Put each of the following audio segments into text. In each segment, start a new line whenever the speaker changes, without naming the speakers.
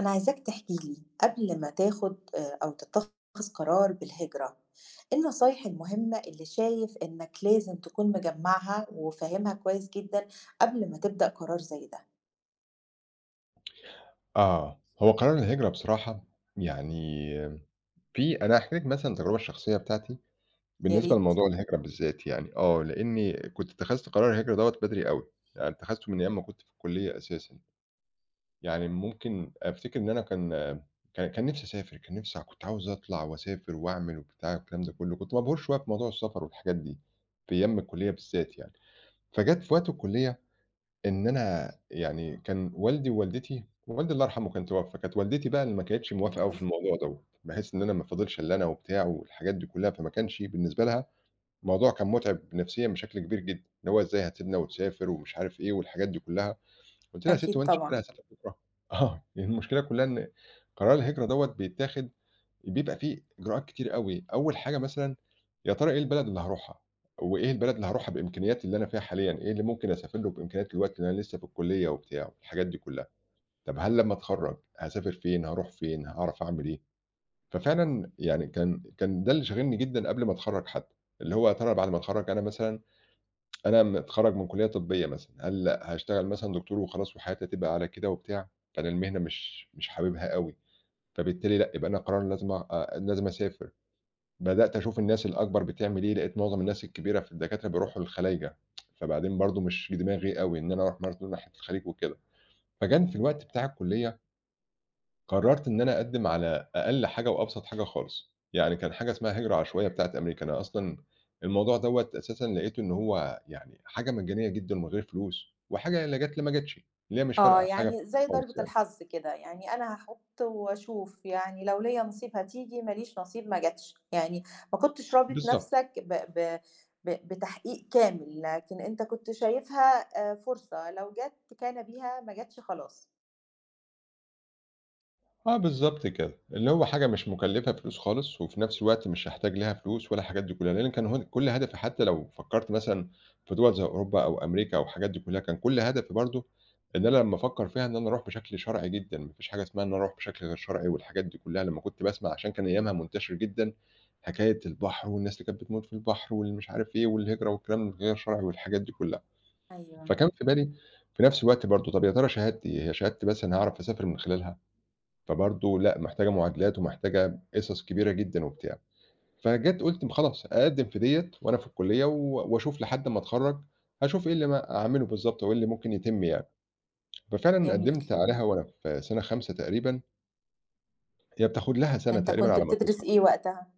أنا عايزاك تحكي لي قبل ما تاخد أو تتخذ قرار بالهجرة، إيه النصايح المهمة اللي شايف إنك لازم تكون مجمّعها وفاهمها كويس جدًا قبل ما تبدأ قرار زي ده؟
آه، هو قرار الهجرة بصراحة يعني في أنا هاحكي لِك مثلًا التجربة الشخصية بتاعتي
يا
بالنسبة
ريت.
لموضوع الهجرة بالذات يعني، آه، لإني كنت اتخذت قرار الهجرة دوّة بدري أوي، يعني اتخذته من أيام ما كنت في الكلية أساسًا، يعني ممكن أفتكر إن أنا كان كان نفسي أسافر، كان نفسي كنت عاوز أطلع وأسافر وأعمل وبتاع والكلام ده كله، كنت مبهور شوية بموضوع السفر والحاجات دي، في أيام الكلية بالذات يعني، فجات في وقت الكلية إن أنا يعني كان والدي ووالدتي والدي الله يرحمه كان توفى، كانت والدتي بقى اللي ما كانتش موافقة أوي
مرحبا.
في الموضوع دوّة، بحيث إن أنا ما فاضلش إلا أنا وبتاع والحاجات دي كلّها، فما كانش بالنسبة لها الموضوع كان مُتعب نفسيًا بشكل كبير جدًا، اللي هو إزاي هتسيبنا وتسافر ومش عارف إيه والحاجات دي كلّها، قُلت لها: "يا ستّي هو
أكيد
أنتِ شايفة
طبعًا.
لها هاسافر بكرة؟" آه، يعني المشكلة كلّها إن قرار الهجرة دوّة بيتاخد بيبقى فيه إجراءات كتير أوي، أول حاجة مثلًا يا ترى إيه البلد اللي هاروحها، وإيه البلد اللي هاروحها بإمكانياتي اللي أنا فيها حاليًا، إيه اللي ممكن أسافر له بإمكانيات الوقت لأن أنا لسه في الكلية وبتاع والحاجات دي كلّها، طب هل لمّا أتخرّج هاسافر فين، هاروح فين، هاعرف أعمل إيه؟ ففعلًا يعني كان ده اللي شاغلني جدًا قبل ما أتخرّج حتى، اللي هو يا ترى بعد ما أتخرّج أنا مثلًا أنا متخرّج من كلية طبية مثلًا، هل هاشتغل مثلًا دكتور وخلاص وحياتي هتبقى على كده وبتاع، فأنا المهنة مش حاببها أوي، فبالتالي لأ، يبقى أنا قرار لازم أ آه، لازم أسافر. بدأت أشوف الناس الأكبر بتعمل إيه، لقيت معظم الناس الكبيرة في الدكاترة بيروحوا للخلايجة، فبعدين برضه مش دماغي أوي إن أنا أروح برضه ناحية الخليج وكده. فكان في الوقت بتاع الكلية قررت إن أنا أقدّم على أقل حاجة وأبسط حاجة خالص، يعني كان حاجة اسمها هجرة عشوائية بتاعة أمريكا، أنا أصلًا الموضوع دوّة أساسًا لقيته إن هو يعني حاجة مجانية جدًا ومن غير فلوس، وحاجة لا جات لا ما جاتش، اللي هي مش
آه،
فارقة حاجة
يعني زي ضربة
خالص يعني.
الحظ كده، يعني أنا هاحُط وأشوف، يعني لو ليّا نصيب هتيجي، ما ليش نصيب ما جاتش، يعني ما كنتش رابط
بالضبط.
نَفْسك ب ب ب بتحقيق كامل، لكن أنت كنت شايفها فرصة، لو جات كان بها، ما جاتش خلاص.
آه بالضبط كده، اللي هو حاجة مش مكلّفة فلوس خالص، وفي نفس الوقت مش هاحتاج ليها فلوس ولا الحاجات دي كلّها، لإن كان هو كل هدفي حتى لو فكّرت مثلًا في دول زي أوروبا أو أمريكا أو الحاجات دي كلّها، كان كل هدفي برضه إن أنا لمّا أفكّر فيها إن أنا أروح بشكل شرعي جدًا، ما فيش حاجة اسمها إن أنا أروح بشكل غير شرعي والحاجات دي كلّها، لمّا كنت باسمع عشان كان أيامها منتشر جدًا حكاية البحر والناس اللي كانت بتموت في البحر واللي مش عارف إيه والهجرة والكلام الغير شرعي والحاجات دي كلّها،
أيوه،
فكان في بالي في نفس الوقت برضه طَب يا ترى شهادتي إيه؟ هي شهادتي بس أنا هاعرف أسافر من خلالها؟ فبرضه لأ، محتاجة معادلات ومحتاجة قِصَص كبيرة جدًا وبتاع. فجيت قُلت خلاص أقدّم في ديّة وأنا في الكُلّية و وأشوف لحد ما أتخرّج، هاشوف إيه اللي ما أعمله بالضبط أو إيه اللي ممكن يتم يعني. ففعلًا قدّمت
جميل.
عليها وأنا في سَنة 5 تقريبًا، هي بتاخُد لها سَنة
أنت
تقريبًا
كنت
على ما
بتدرس
تظهر.
إيه وقتها؟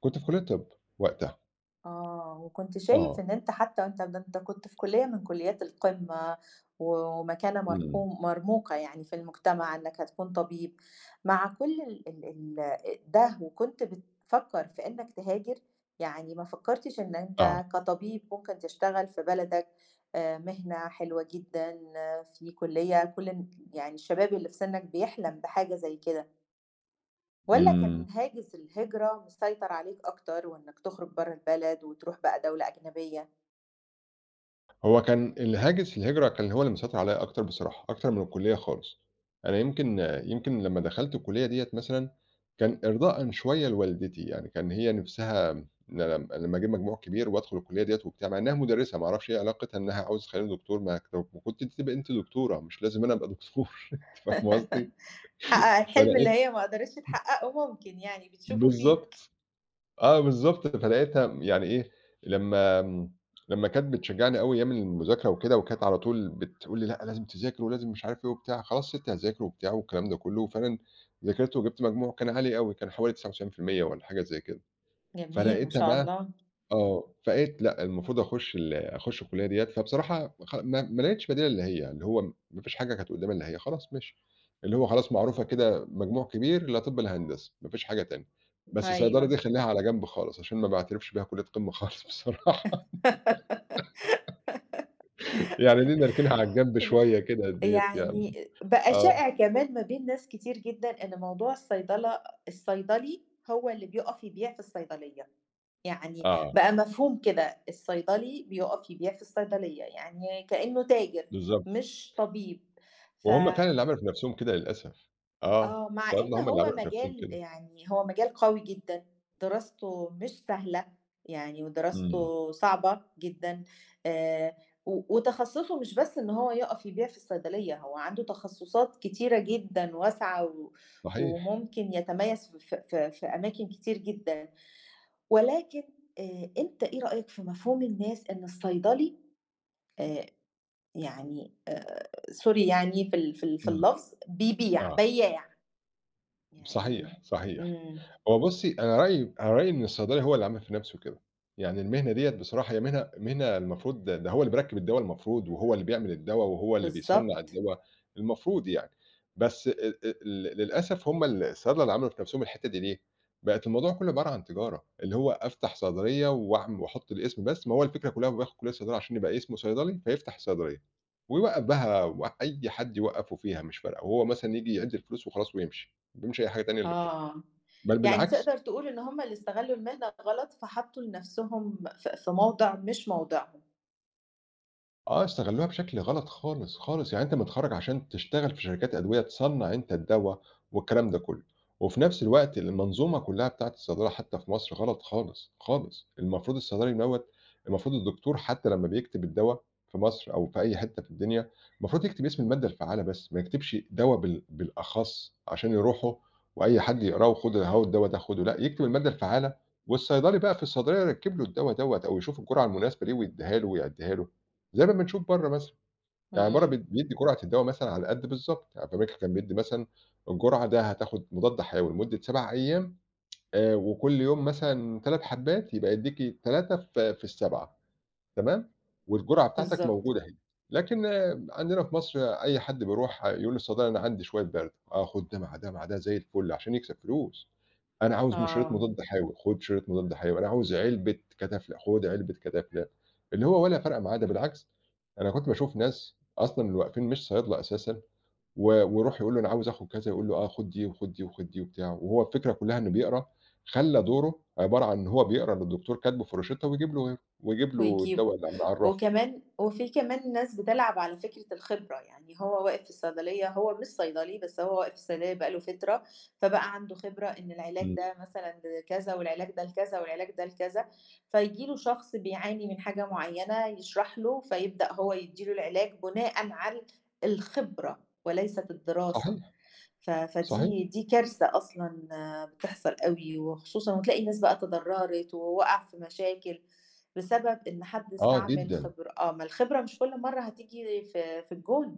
كنت في كُلّية طِب وقتها.
آه، وكنت شايف
آه.
إن أنت حتى أنت ده أنت كنت في كلية من كليات القمة و ومكانة
إمم.
مرموقة يعني في المجتمع إنك هتكون طبيب، مع كل ال ده وكنت بتفكّر في إنك تهاجر؟ يعني ما فكّرتش إن
آه.
أنت كطبيب ممكن تشتغل في بلدك مهنة حلوة جدًا آه، في كلية كل ال يعني الشباب اللي في سنّك بيحلم بحاجة زي كده. والّا
إمم.
كان هاجس الهجرة مسيطر عليك أكتر، وإنك تخرج برّه البلد وتروح بقى دولة أجنبية،
هو كان الهاجس الهجرة كان هو اللي مسيطر عليّا أكتر بصراحة، أكتر من الكُلّية خالص. أنا يمكن لمّا دخلت الكُلّية ديّة مثلًا، كان إرضاءً شوية لوالدتي، يعني كان هي نِفْسها إن أنا لمّا أجيب مجموع كبير وأدخل الكُلّية ديّة وبتاع، مع إنّها مُدرِّسة ما أعرفش إيه علاقتها إنّها عاوزة تخلّيني دكتور، ما كنتِ تبقي أنتِ دكتورة، مش لازم أنا أبقى دكتور أنتِ فاهمة قصدي؟
تحقق الحلم اللي
فلقيت
هي ما قدرتش تحققه ممكن يعني بتشوفه فيك.
بالضبط. آه بالضبط، فلقيتها يعني إيه، لمّا آمم، لمّا كانت بتشجّعني أوي أيام المذاكرة وكده، وكانت على طول بتقول لي: "لأ، لازم تذاكر ولازم مش عارف إيه وبتاع." خلاص سِبت أذاكر وبتاع والكلام ده كلّه، وفعلًا ذاكرت وجِبت مجموع كان عالي أوي، كان حوالي 99% والّا حاجة زي كده.
جميل ما
فلقيتها
شاء
بقى
الله،
آه، فقالت لأ، المفروض أخُش الكلية ديّة، فبصراحة ما لقيتش بديل اللي هي، اللي هو ما فيش حاجة كانت قدّامي إلّا هي، خلاص ماشي، اللي هو خلاص معروفة كده مجموع كبير، لا طِب لا هندسة، ما فيش حاجة تانية، بس صيدلة دي
أيوه.
خلّيها على جنب خالص، عشان ما باعترفش بيها كلية قمة خالص بصراحة، يعني دي نركنها على الجنب شوية كده ديّة يعني،
يعني بقى
آه،
شائع كمان ما بين ناس كتير جدًا إن موضوع الصيدلة الصيدلي هو اللي بيُقف يبيع في الصيدلية. يعني
آه،
بقى مفهوم كده، الصيدلي بيقف يبيع في الصيدلية، يعني كإنه تاجر
بالضبط،
مش طبيب، ف
وهُم فعلًا اللي عملوا في نَفْسهم كده للأسف، آه،
آه، مع
الصيادلة
إن
هُم اللي
هو
عملوا في نَفْسهم
مجال
كده،
يعني هو مجال قوي جدًا، دراسته مش سهلة، يعني
إمم،
ودراسته صعبة جدًا، آآ، و وتخصصه مش بس إن هو يقف يبيع في الصيدلية، هو عنده تخصصات كتيرة جدًا واسعة و
صحيح،
وممكن يتميز ف ف في في أماكن كتير جدًا. ولكن أنت إيه رأيك في مفهوم الناس إن الصيدلي آآ يعني sorry يعني في ال في ال في
إمم،
اللفظ بيبيع،
آه.
بيّاع، يعني
صحيح، صحيح.
إمم،
هو بُصّي، أنا رأيي إن الصيدلي هو اللي عمل في نَفْسه كده. يعني المهنة ديّة بصراحة هي مهنة المفروض ده هو اللي بيركِّب الدوا المفروض وهو اللي بيعمل الدوا وهو اللي بيصنّع
بالضبط،
الدوا، المفروض يعني. بس ال للأسف هم الصيادلة اللي عملوا في نَفْسهم الحتّة دي ليه؟ بقت الموضوع كُلّه عبارة عن تجارة، اللي هو أفتح صيدلية واعم وأحُط الاسم بس، ما هو الفكرة كُلّها هو بياخُد كلية صيدلة عشان يبقى اسمه صيدلي، فيفتح الصيدلية ويوقّف بقى و أي حد يوقّفه فيها مش فارقة وهو مثلًا ييجي يعِد الفلوس وخلاص ويمشي. ما باعملش أي حاجة تانية إلا كده،
آه،
بل
يعني
بالعكس
تقدر تقول إن هُم اللي استغلّوا المهنة غلط، فحطّوا لنَفْسهم ف في موضع مش موضعهم،
آه، استغلّوها بشكل غلط خالص، خالص. يعني أنت متخرّج عشان تشتغل في شركات أدوية، تصنّع أنت الدوا والكلام ده كُلّه، وفي نفس الوقت المنظومة كُلّها بتاعة الصيدلة حتى في مصر غلط خالص، خالص. المفروض الصيدلي دوّة المفروض الدكتور حتى لمّا بيكتب الدوا في مصر أو في أي حتّة في الدنيا، المفروض يكتب اسم المادة الفعّالة بس، ما يكتبش دوا بالأخص عشان يروحوا وأي حد يقراه وخُد أهو الدوا ده خُده، لأ، يكتب المادة الفعّالة والصيدلي بقى في الصيدلية يركّب له الدوا دوّة أو يشوف الجرعة المناسبة ليه ويدّيها له ويعدّيها له. زي ما بنشوف برّه مثلًا، يعني برّه
إمم،
بيدّي جرعة الدوا مثلًا على قد بالضبط، يعني في أمريكا كان بيدّي مثلًا الجرعة ده هتاخد مضاد حيوي لمدة 7 أيام، وكل يوم مثلًا 3 حبّات يبقى يدّيكِ 3 في ال7 تمام، والجرعة بتاعتك
بالضبط،
موجودة أهي، لكن آه، عندنا في مصر أي حد بيروح يقول للصيدلي أنا عندي شوية برد، آه خُد ده مع ده مع ده زي الفل عشان يكسب فلوس. أنا عاوز شريط
آه.
مضاد حيوي، خُد شريط مضاد حيوي، أنا عاوز علبة كتافلة، خُد علبة كتافلة، اللي هو ولا فارقة معاه، ده بالعكس أنا كنت باشوف ناس أصلًا اللي واقفين مش صيادلة أساسًا و ويروح يقول له أنا عاوز آخُد كذا، يقول له آه، خُد دي وخُد دي وخُد دي وبتاع، وهو الفكرة كلّها إنه بيقرا، خلّى دوره عبارة عن إن هو بيقرا اللي الدكتور كاتبه في الروشتة ويجيب له غيره، ويجيب له الدوا
ويجيبه.
اللي من على الرف.
وكمان وفي كمان ناس بتلعب على فكرة الخبرة، يعني هو واقف في الصيدلية هو مش صيدلي، بس هو واقف في الصيدلية بقى له فترة، فبقى عنده خبرة إن العلاج
إمم.
ده مثلًا لكذا، والعلاج ده لكذا، والعلاج ده لكذا، فييجي له شخص بيعاني من حاجة معينة يشرح له، فيبدأ هو يدّي له العلاج بناءً على الخبرة وليست الدراسة.
صحيح،
ف
صحيح،
فدي دي كارثة أصلًا آه، بتحصل أوي، وخصوصًا وتلاقي ناس بقى تضرّرت ووقع في مشاكل بسبب إن حد
آه
استعمل
جدًا.
خبرة آه، ما الخبرة مش كل مرّة هتيجي في الجون،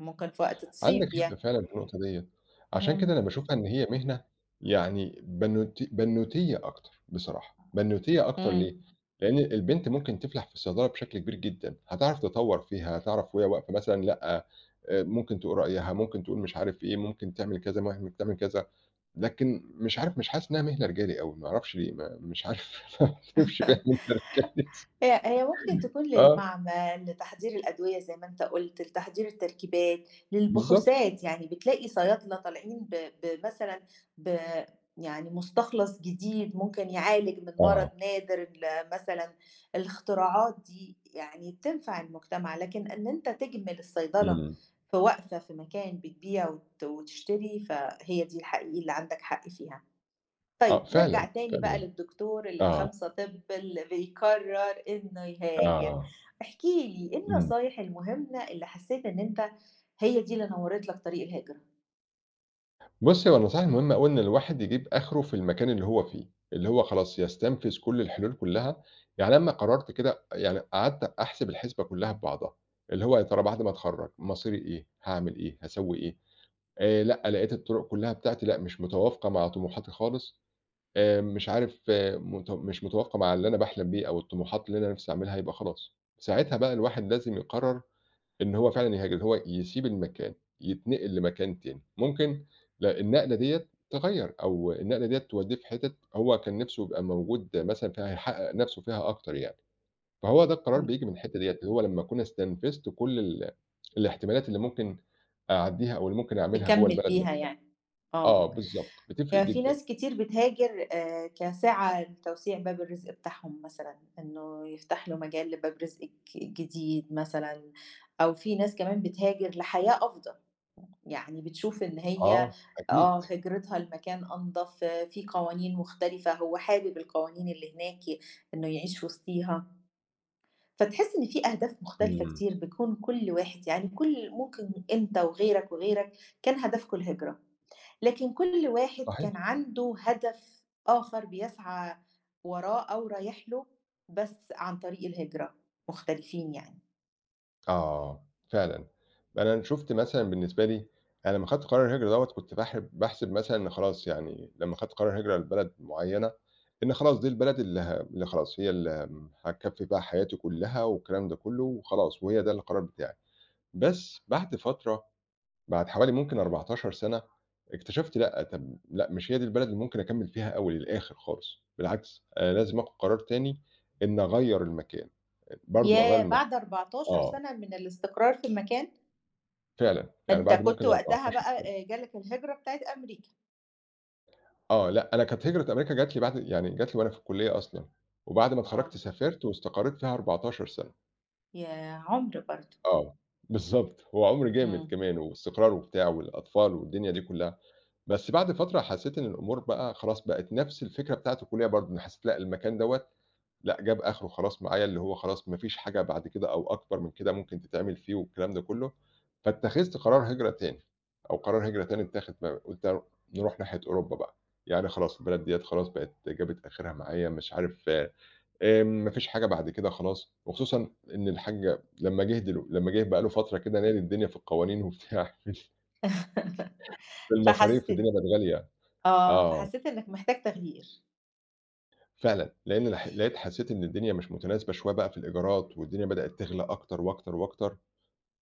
ممكن في وقت
عندِك
تصيب
حق
يعني.
فعلًا في النقطة ديّة، عشان كده
إمم،
أنا باشوفها إن هي مهنة يعني بنوتية أكتر بصراحة، بنوتية أكتر ليه؟
إمم.
لإن البنت ممكن تفلح في الصيدلة بشكل كبير جدًا، هتعرف تطوّر فيها، هتعرف وهي واقفة مثلًا لأ، ممكن تقول رأيها، ممكن تقول مش عارف إيه، ممكن تعمل كذا، ممكن تعمل كذا، لكن مش عارف مش حاسس إنها مهنة رجالي أوي، ما أعرفش ليه، ما مش عارف ما باعترفش بيها مهنة رجالي
هي ممكن تكون
آه،
للمعمل، لتحضير الأدوية زي ما أنت قُلت، لتحضير التركيبات،
بالضبط،
للبحوثات، يعني بتلاقي صيادلة طالعين ب بمثلًا ب يعني مستخلص جديد ممكن يعالج من مرض
آه،
نادر ل مثلًا الاختراعات دي يعني بتنفع المجتمع، لكن إن أنت تجمل الصيدلة
إمم،
في واقفة في مكان بتبيع وت وتشتري، فهي دي حقيقي اللي عندك حق فيها. طيب
آه،
نرجع
فعلًا،
تاني بقى
فعلًا،
للدكتور اللي في
آه،
5 طِب اللي بيقرّر إنه يهاجر،
آه،
احكِ لي إيه
إمم.
النصايح المهمة اللي حسّيت إن أنت هي دي اللي نوّرت لك طريق الهجرة،
بُصّي، هو النصائح المهمة أوي إن الواحد يجيب آخره في المكان اللي هو فيه، اللي هو خلاص يستنفذ كل الحلول كلّها، يعني لمّا قررت كده يعني قعدت أحسب الحسبة كلّها ببعضها، اللي هو يا ترى بعد ما أتخرّج مصيري إيه، هاعمل إيه، هاسوي إيه، لأ، لقيت الطرق كلّها بتاعتي لأ، مش متوافقة مع طموحاتي خالص، مش عارف آه مت مش متوافقة مع اللي أنا باحلم بيه أو الطموحات اللي أنا نِفْسي أعملها، يبقى خلاص، ساعتها بقى الواحد لازم يقرر إن هو فعلًا يهاجر، هو يسيب المكان، يتنقل لمكان تاني، ممكن لأ النقلة ديّة تغيّر أو النقلة ديّة تودّيه في حتت هو كان نفسه يبقى موجود مثلًا فيها يحقق نفسه فيها أكتر يعني، فهو ده القرار بييجي
م
من الحتة ديّة، اللي هو لمّا أكون استنفذت كل ال الاحتمالات اللي ممكن أعدّيها أو اللي ممكن أعملها جوّه
تكمّل
البلد
بيها
نفسها.
يعني؟
آه
آه،
بالضبط، بتفرق
يعني في
جدًا.
ناس كتير بتهاجر كسعة لتوسيع باب الرزق بتاعهم مثلًا، إنه يفتح له مجال لباب رزق ج جديد مثلًا، أو في ناس كمان بتهاجر لحياة أفضل. يعني بتشوف إن هي
آه أكيد،
آه، هجرتها لمكان أنضف، في قوانين مختلفة، هو حابب القوانين اللي هناك إنه يعيش وسطيها، فتحس إن في أهداف مختلفة
إمم،
كتير بيكون كل واحد يعني كل ممكن أنت وغيرك وغيرك كان هدفكم الهجرة، لكن كل واحد
صحيح.
كان عنده هدف آخر بيسعى وراه أو رايح له بس عن طريق الهجرة، مختلفين يعني.
آه، فعلًا. أنا شُفت مثلًا بالنسبة لي، أنا لمّا خدت قرار الهجرة دوّة كنت باحسب مثلًا إن خلاص يعني لمّا خدت قرار هجرة لبلد معيّنة، إن خلاص دي البلد اللي خلاص هي اللي هاكفّي بقى حياتي كلّها والكلام ده كلّه وخلاص، وهي ده القرار بتاعي. بس بعد فترة، بعد حوالي ممكن 14 سَنة، اكتشفت لأ، طَب لأ، مش هي دي البلد اللي ممكن أكمّل فيها أوي للآخر خالص، بالعكس، أنا لازم آخُد قرار تاني إن أغيّر المكان، برضه أغيّر
ياه!
المكان
بعد 14
آه.
سنة من الاستقرار في المكان!
فعلًا، يعني
أنت
بعد ممكن
كنت وقتها
14
بقى
سَنة.
جالك الهجرة بتاعة أمريكا،
آه، لأ، أنا كانت هجرة أمريكا جات لي بعد يعني جات لي وأنا في الكُلّية أصلًا، وبعد ما
آه،
اتخرّجت سافرت واستقريت فيها 14 سَنة،
ياه! عُمر برضه،
آه، بالضبط، هو عُمر جامد
إمم.
كمان واستقرار وبتاع والأطفال والدنيا دي كُلّها، بس بعد فترة حسّيت إن الأمور بقى خلاص بقت نَفْس الفكرة بتاعة الكُلّية برضه، أنا حسّيت لأ المكان دوّة لأ، جاب آخره خلاص معايا، اللي هو خلاص ما فيش حاجة بعد كده أو أكبر من كده ممكن تتعمل فيه والكلام ده كله، فاتخذت قرار هجرة تاني، أو قرار هجرة تاني اتاخد قُلت نروح ناحية أوروبا بقى، يعني خلاص البلد ديّة خلاص بقت جابت آخرها معايا مش عارف، ما فيش حاجة بعد كده خلاص، وخصوصًا إن الحاج لمّا جه دلو لمّا جه بقى له فترة كده نادي الدنيا في القوانين وبتاع في المصاريف الدنيا
فحسّيت
بقت غالية،
آه،
آه،
فحسّيت إنّك محتاج تغيير،
فعلًا، لإن لقيت حسيت إن الدنيا مش متناسبة شوية بقى في الإيجارات والدنيا بدأت تغلى أكتر وأكتر وأكتر.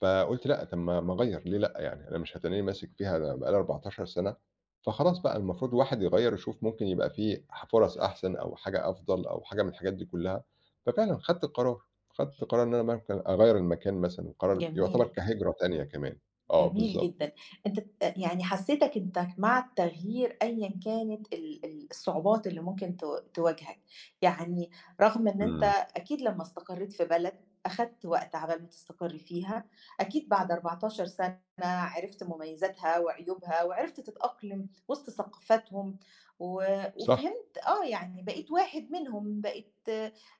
فقُلت لأ، طَب ما أغيّر ليه لأ يعني، أنا مش هتنّيني ماسك فيها أنا بقى لي 14 سَنة، فخلاص بقى المفروض الواحد يغيّر يشوف ممكن يبقى في فُرَص أحسن أو حاجة أفضل أو حاجة من الحاجات دي كلّها، ففعلًا خدت القرار، خدت قرار إن أنا ممكن أغيّر المكان مثلًا، قرار
جميل.
يعتبر كهجرة تانية كمان. آه
جميل
بالضبط،
جدًا. أنت ت يعني حسّيتك أنت مع التغيير أيًا كانت ال الصعوبات اللي ممكن ت تواجهك. يعني رغم إن أنت
إمم،
أكيد لمّا استقرّيت في بلد، أخدت وقت عبال ما تستقر فيها، أكيد بعد 14 سَنة عرفت مميزاتها وعيوبها وعرفت تتأقلم وسط ثقافتهم و
صح،
وفهمت آه، يعني بقيت واحد منهم،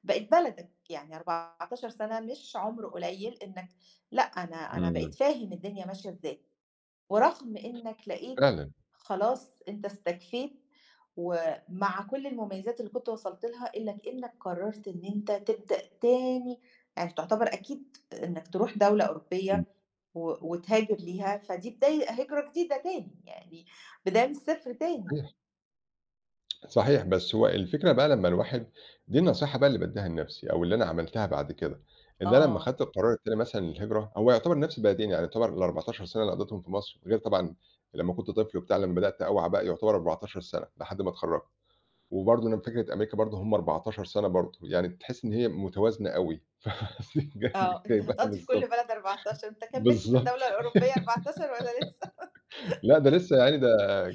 بقت بلدك. يعني 14 سَنة مش عُمر قليل إنّك لأ، أنا بقيت
إمم،
فاهم الدنيا ماشية إزاي، ورغم إنّك لقيت
فعلًا،
خلاص أنت استكفيت، ومع كل المميزات اللي كنت وصلت لها إلّا كإنّك قررت إن أنت تبدأ تاني، يعني تعتبر أكيد إنّك تروح دولة
إمم،
أوروبية و وتهاجر ليها، فدي بداية هجرة جديدة تاني، يعني بداية من الصفر تاني.
صحيح. صحيح، بس هو الفكرة بقى لمّا الواحد دي النصيحة بقى اللي بادّيها لنَفْسي أو اللي أنا عملتها بعد كده، إن أنا لمّا
آه،
خدت القرار التاني مثلًا للهجرة هو يعتبر نَفْس البلدين، يعني يعتبر ال14 سَنة اللي قضّيتهم في مصر غير طبعًا لمّا كنت طفل وبتاع لمّا بدأت أوعى بقى يعتبر 14 سَنة لحد ما اتخرّجت، وبرضه أنا فكرة أمريكا برضه هم 14 سَنة برضه، يعني تحس إن هي متوازنة أوي
آه، أنت
جايباها
هتقضّي في كل
بالضبط،
بلد 14 أنت كمّلت في
بالضبط.
الدولة الأوروبية 14 والّا لسه؟
لأ ده لسه يعني ده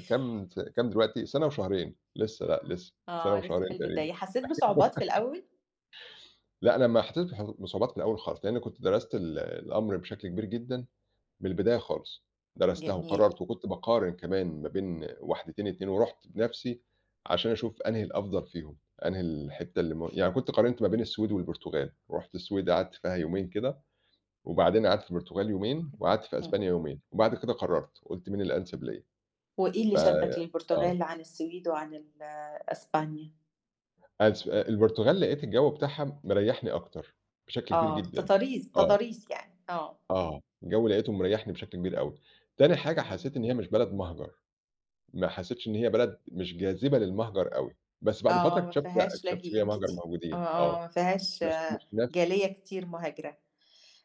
كام دلوقتي سَنة وشهرين لسه لأ لسه سَنة
آه، لسه في
وشهرين تقريبًا.
البداية، حسّيت بصعوبات في الأول؟
لأ، لمّا حسيت بح بصعوبات في الأول خالص، لإن كنت درست الأمر بشكل كبير جدًا من البداية خالص، درستها
جميل.
وقررت وكنت باقارن كمان ما بين واحدتين، 2 ورُحت بنفسي عشان أشوف أنهي الأفضل فيهم، أنهي الحتّة اللي يعني كنت قارنت ما بين السويد والبرتغال، رُحت السويد قعدت فيها يومين كده، وبعدين قعدت في البرتغال يومين، وقعدت في
إمم.
أسبانيا يومين، وبعد كده قررت، قُلت مين الأنسب ليّا،
وإيه اللي
ف
شدّك
آه،
للبرتغال عن السويد وعن ال أسبانيا؟
البرتغال لقيت الجو بتاعها مريحني أكتر بشكل كبير
آه،
جدًا،
تضاريس،
آه.
تضاريس يعني، آه،
آه، الجو لقيته مريّحني بشكل كبير أوي. تاني حاجة
إمم،
حسّيت إن هي مش بلد مهجر، ما حسّيتش إن هي بلد مش جاذبة للمهجر أوي، بس بعد فترة
آه، ما
اكتشفت لأ،
فيهاش
اكتشفت فيها
لاجئين
مهجر
كتي آه،
موجودين
آه،
آه،
ما فيهاش
بس
آه،
مش
جالية
نَفْس
كتير مهاجرة.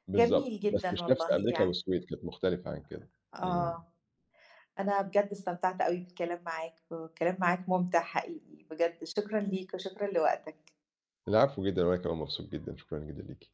بالضبط،
جميل
بس
جدًا
مش نَفْس
والله
أمريكا
يعني،
والسويد، كانت مختلفة عن كده. إمم.
آه، أنا بجد استمتعت أوي بالكلام معاك والكلام معاك ممتع حقيقي، بجد شكرًا ليك وشكرًا لوقتك.
العفو جدًا، وأنا كمان مبسوط جدًا، شكرًا جدًا ليكِ.